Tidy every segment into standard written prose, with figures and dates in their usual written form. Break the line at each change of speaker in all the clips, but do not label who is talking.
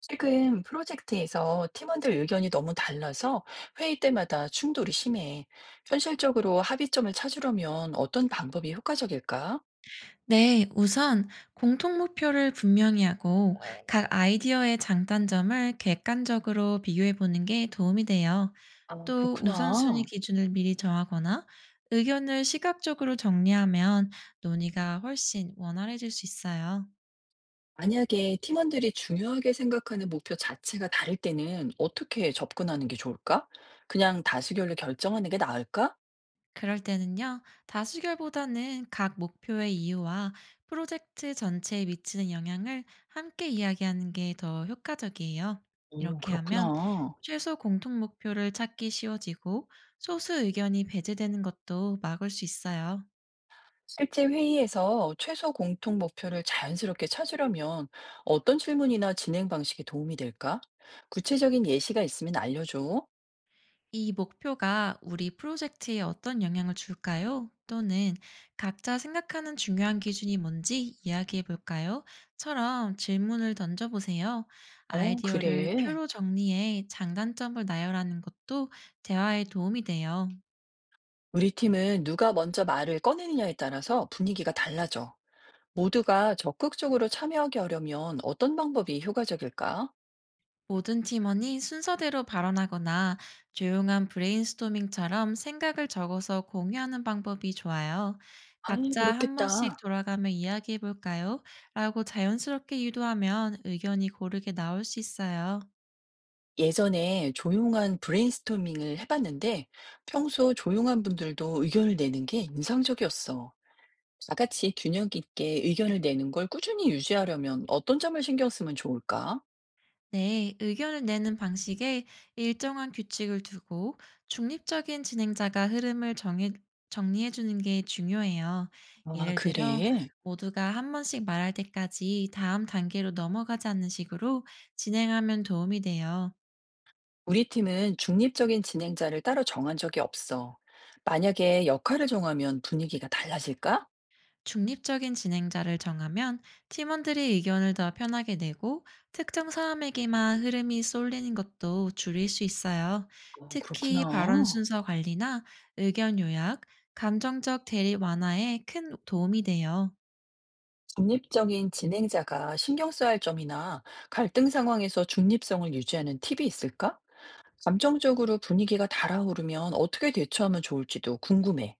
최근 프로젝트에서 팀원들 의견이 너무 달라서 회의 때마다 충돌이 심해. 현실적으로 합의점을 찾으려면 어떤 방법이 효과적일까?
네, 우선 공통 목표를 분명히 하고 각 아이디어의 장단점을 객관적으로 비교해 보는 게 도움이 돼요.
아,
또 우선순위
그렇구나.
기준을 미리 정하거나 의견을 시각적으로 정리하면 논의가 훨씬 원활해질 수 있어요.
만약에 팀원들이 중요하게 생각하는 목표 자체가 다를 때는 어떻게 접근하는 게 좋을까? 그냥 다수결로 결정하는 게 나을까?
그럴 때는요, 다수결보다는 각 목표의 이유와 프로젝트 전체에 미치는 영향을 함께 이야기하는 게 더 효과적이에요.
오,
이렇게 하면
그렇구나.
최소 공통 목표를 찾기 쉬워지고 소수 의견이 배제되는 것도 막을 수 있어요.
실제 회의에서 최소 공통 목표를 자연스럽게 찾으려면 어떤 질문이나 진행 방식이 도움이 될까? 구체적인 예시가 있으면 알려줘.
이 목표가 우리 프로젝트에 어떤 영향을 줄까요? 또는 각자 생각하는 중요한 기준이 뭔지 이야기해 볼까요? 처럼 질문을 던져보세요.
어,
아이디어를
그래.
표로 정리해 장단점을 나열하는 것도 대화에 도움이 돼요.
우리 팀은 누가 먼저 말을 꺼내느냐에 따라서 분위기가 달라져. 모두가 적극적으로 참여하게 하려면 어떤 방법이 효과적일까?
모든 팀원이 순서대로 발언하거나 조용한 브레인스토밍처럼 생각을 적어서 공유하는 방법이 좋아요.
아,
각자 한 번씩
그렇겠다.
돌아가며 이야기해 볼까요? 라고 자연스럽게 유도하면 의견이 고르게 나올 수 있어요.
예전에 조용한 브레인스토밍을 해봤는데 평소 조용한 분들도 의견을 내는 게 인상적이었어. 다 같이 균형 있게 의견을 내는 걸 꾸준히 유지하려면 어떤 점을 신경 쓰면 좋을까?
네, 의견을 내는 방식에 일정한 규칙을 두고 중립적인 진행자가 흐름을 정해, 정리해 주는 게 중요해요.
아,
예를 들어,
그래.
모두가 한 번씩 말할 때까지 다음 단계로 넘어가지 않는 식으로 진행하면 도움이 돼요.
우리 팀은 중립적인 진행자를 따로 정한 적이 없어. 만약에 역할을 정하면 분위기가 달라질까?
중립적인 진행자를 정하면 팀원들이 의견을 더 편하게 내고 특정 사람에게만 흐름이 쏠리는 것도 줄일 수 있어요.
어,
특히 발언
그렇구나.
순서 관리나 의견 요약, 감정적 대립 완화에 큰 도움이 돼요.
중립적인 진행자가 신경 써야 할 점이나 갈등 상황에서 중립성을 유지하는 팁이 있을까? 감정적으로 분위기가 달아오르면 어떻게 대처하면 좋을지도 궁금해.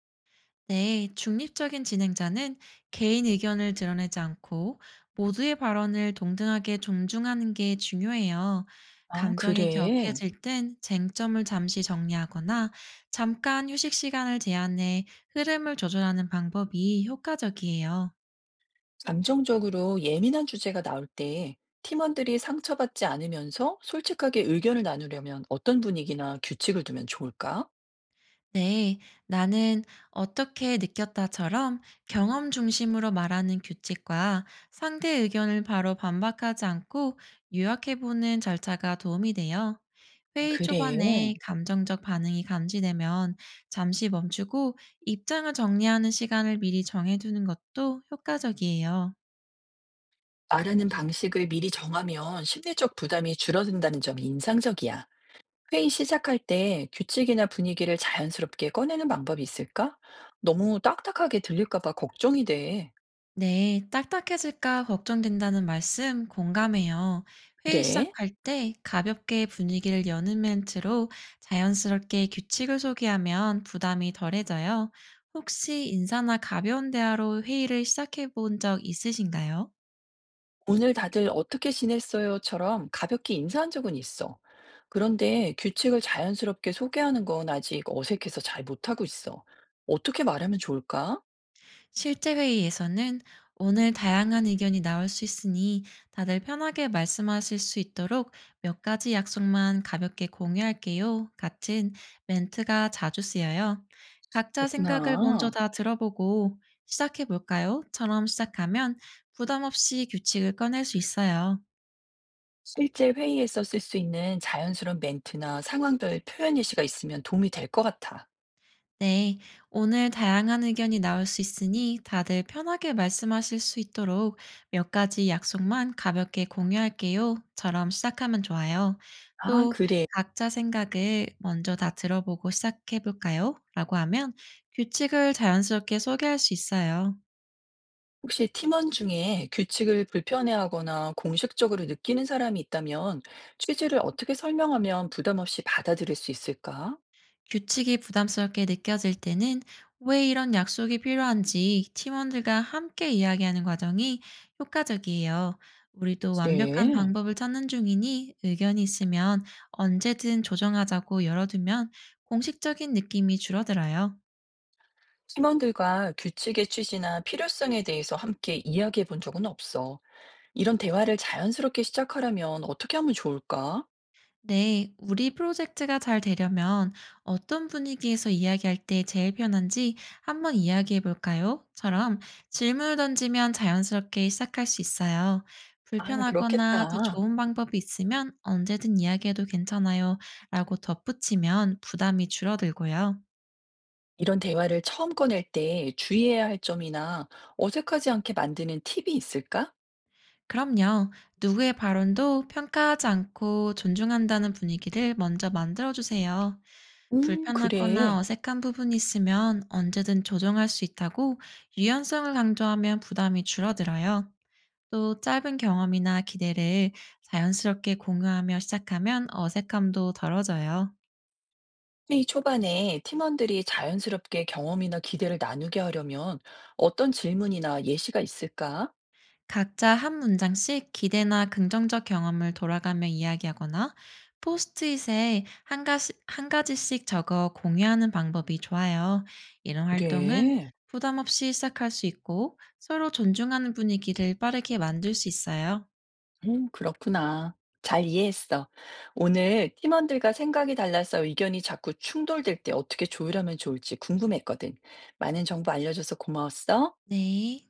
네, 중립적인 진행자는 개인 의견을 드러내지 않고 모두의 발언을 동등하게 존중하는 게 중요해요.
아,
감정이
그래.
격해질 땐 쟁점을 잠시 정리하거나 잠깐 휴식 시간을 제한해 흐름을 조절하는 방법이 효과적이에요.
감정적으로 예민한 주제가 나올 때 팀원들이 상처받지 않으면서 솔직하게 의견을 나누려면 어떤 분위기나 규칙을 두면 좋을까?
네, 나는 어떻게 느꼈다처럼 경험 중심으로 말하는 규칙과 상대 의견을 바로 반박하지 않고 요약해보는 절차가 도움이 돼요.
아,
회의
그래.
초반에 감정적 반응이 감지되면 잠시 멈추고 입장을 정리하는 시간을 미리 정해두는 것도 효과적이에요.
말하는 방식을 미리 정하면 심리적 부담이 줄어든다는 점이 인상적이야. 회의 시작할 때 규칙이나 분위기를 자연스럽게 꺼내는 방법이 있을까? 너무 딱딱하게 들릴까 봐 걱정이 돼.
네, 딱딱해질까 걱정된다는 말씀 공감해요. 회의
그래?
시작할 때 가볍게 분위기를 여는 멘트로 자연스럽게 규칙을 소개하면 부담이 덜해져요. 혹시 인사나 가벼운 대화로 회의를 시작해 본 적 있으신가요?
"오늘 다들 어떻게 지냈어요?"처럼 가볍게 인사한 적은 있어. 그런데 규칙을 자연스럽게 소개하는 건 아직 어색해서 잘 못하고 있어. 어떻게 말하면 좋을까?
실제 회의에서는 오늘 다양한 의견이 나올 수 있으니 다들 편하게 말씀하실 수 있도록 몇 가지 약속만 가볍게 공유할게요. 같은 멘트가 자주 쓰여요. 각자 생각을 먼저
그렇구나.
다 들어보고 시작해 볼까요? 처럼 시작하면 부담 없이 규칙을 꺼낼 수 있어요.
실제 회의에서 쓸 수 있는 자연스러운 멘트나 상황별 표현 예시가 있으면 도움이 될 것 같아.
네, 오늘 다양한 의견이 나올 수 있으니 다들 편하게 말씀하실 수 있도록 몇 가지 약속만 가볍게 공유할게요. 처럼 시작하면 좋아요.
아,
또
그래.
각자 생각을 먼저 다 들어보고 시작해 볼까요? 라고 하면 규칙을 자연스럽게 소개할 수 있어요.
혹시 팀원 중에 규칙을 불편해하거나 공식적으로 느끼는 사람이 있다면 취지를 어떻게 설명하면 부담 없이 받아들일 수 있을까?
규칙이 부담스럽게 느껴질 때는 왜 이런 약속이 필요한지 팀원들과 함께 이야기하는 과정이 효과적이에요. 우리도 완벽한
그래.
방법을 찾는 중이니 의견이 있으면 언제든 조정하자고 열어두면 공식적인 느낌이 줄어들어요.
팀원들과 규칙의 취지나 필요성에 대해서 함께 이야기해 본 적은 없어. 이런 대화를 자연스럽게 시작하려면 어떻게 하면 좋을까?
네, 우리 프로젝트가 잘 되려면 어떤 분위기에서 이야기할 때 제일 편한지 한번 이야기해 볼까요? 처럼 질문을 던지면 자연스럽게 시작할 수 있어요.
아,
불편하거나 더
그렇겠다.
좋은 방법이 있으면 언제든 이야기해도 괜찮아요. 라고 덧붙이면 부담이 줄어들고요.
이런 대화를 처음 꺼낼 때 주의해야 할 점이나 어색하지 않게 만드는 팁이 있을까?
그럼요. 누구의 발언도 평가하지 않고 존중한다는 분위기를 먼저 만들어주세요. 불편하거나
그래.
어색한 부분이 있으면 언제든 조정할 수 있다고 유연성을 강조하면 부담이 줄어들어요. 또 짧은 경험이나 기대를 자연스럽게 공유하며 시작하면 어색함도 덜어져요.
회의 초반에 팀원들이 자연스럽게 경험이나 기대를 나누게 하려면 어떤 질문이나 예시가 있을까?
각자 한 문장씩 기대나 긍정적 경험을 돌아가며 이야기하거나 포스트잇에 한 가지, 한 가지씩 적어 공유하는 방법이 좋아요. 이런 활동은
그래.
부담 없이 시작할 수 있고 서로 존중하는 분위기를 빠르게 만들 수 있어요.
그렇구나. 잘 이해했어. 오늘 팀원들과 생각이 달라서 의견이 자꾸 충돌될 때 어떻게 조율하면 좋을지 궁금했거든. 많은 정보 알려줘서 고마웠어.
네.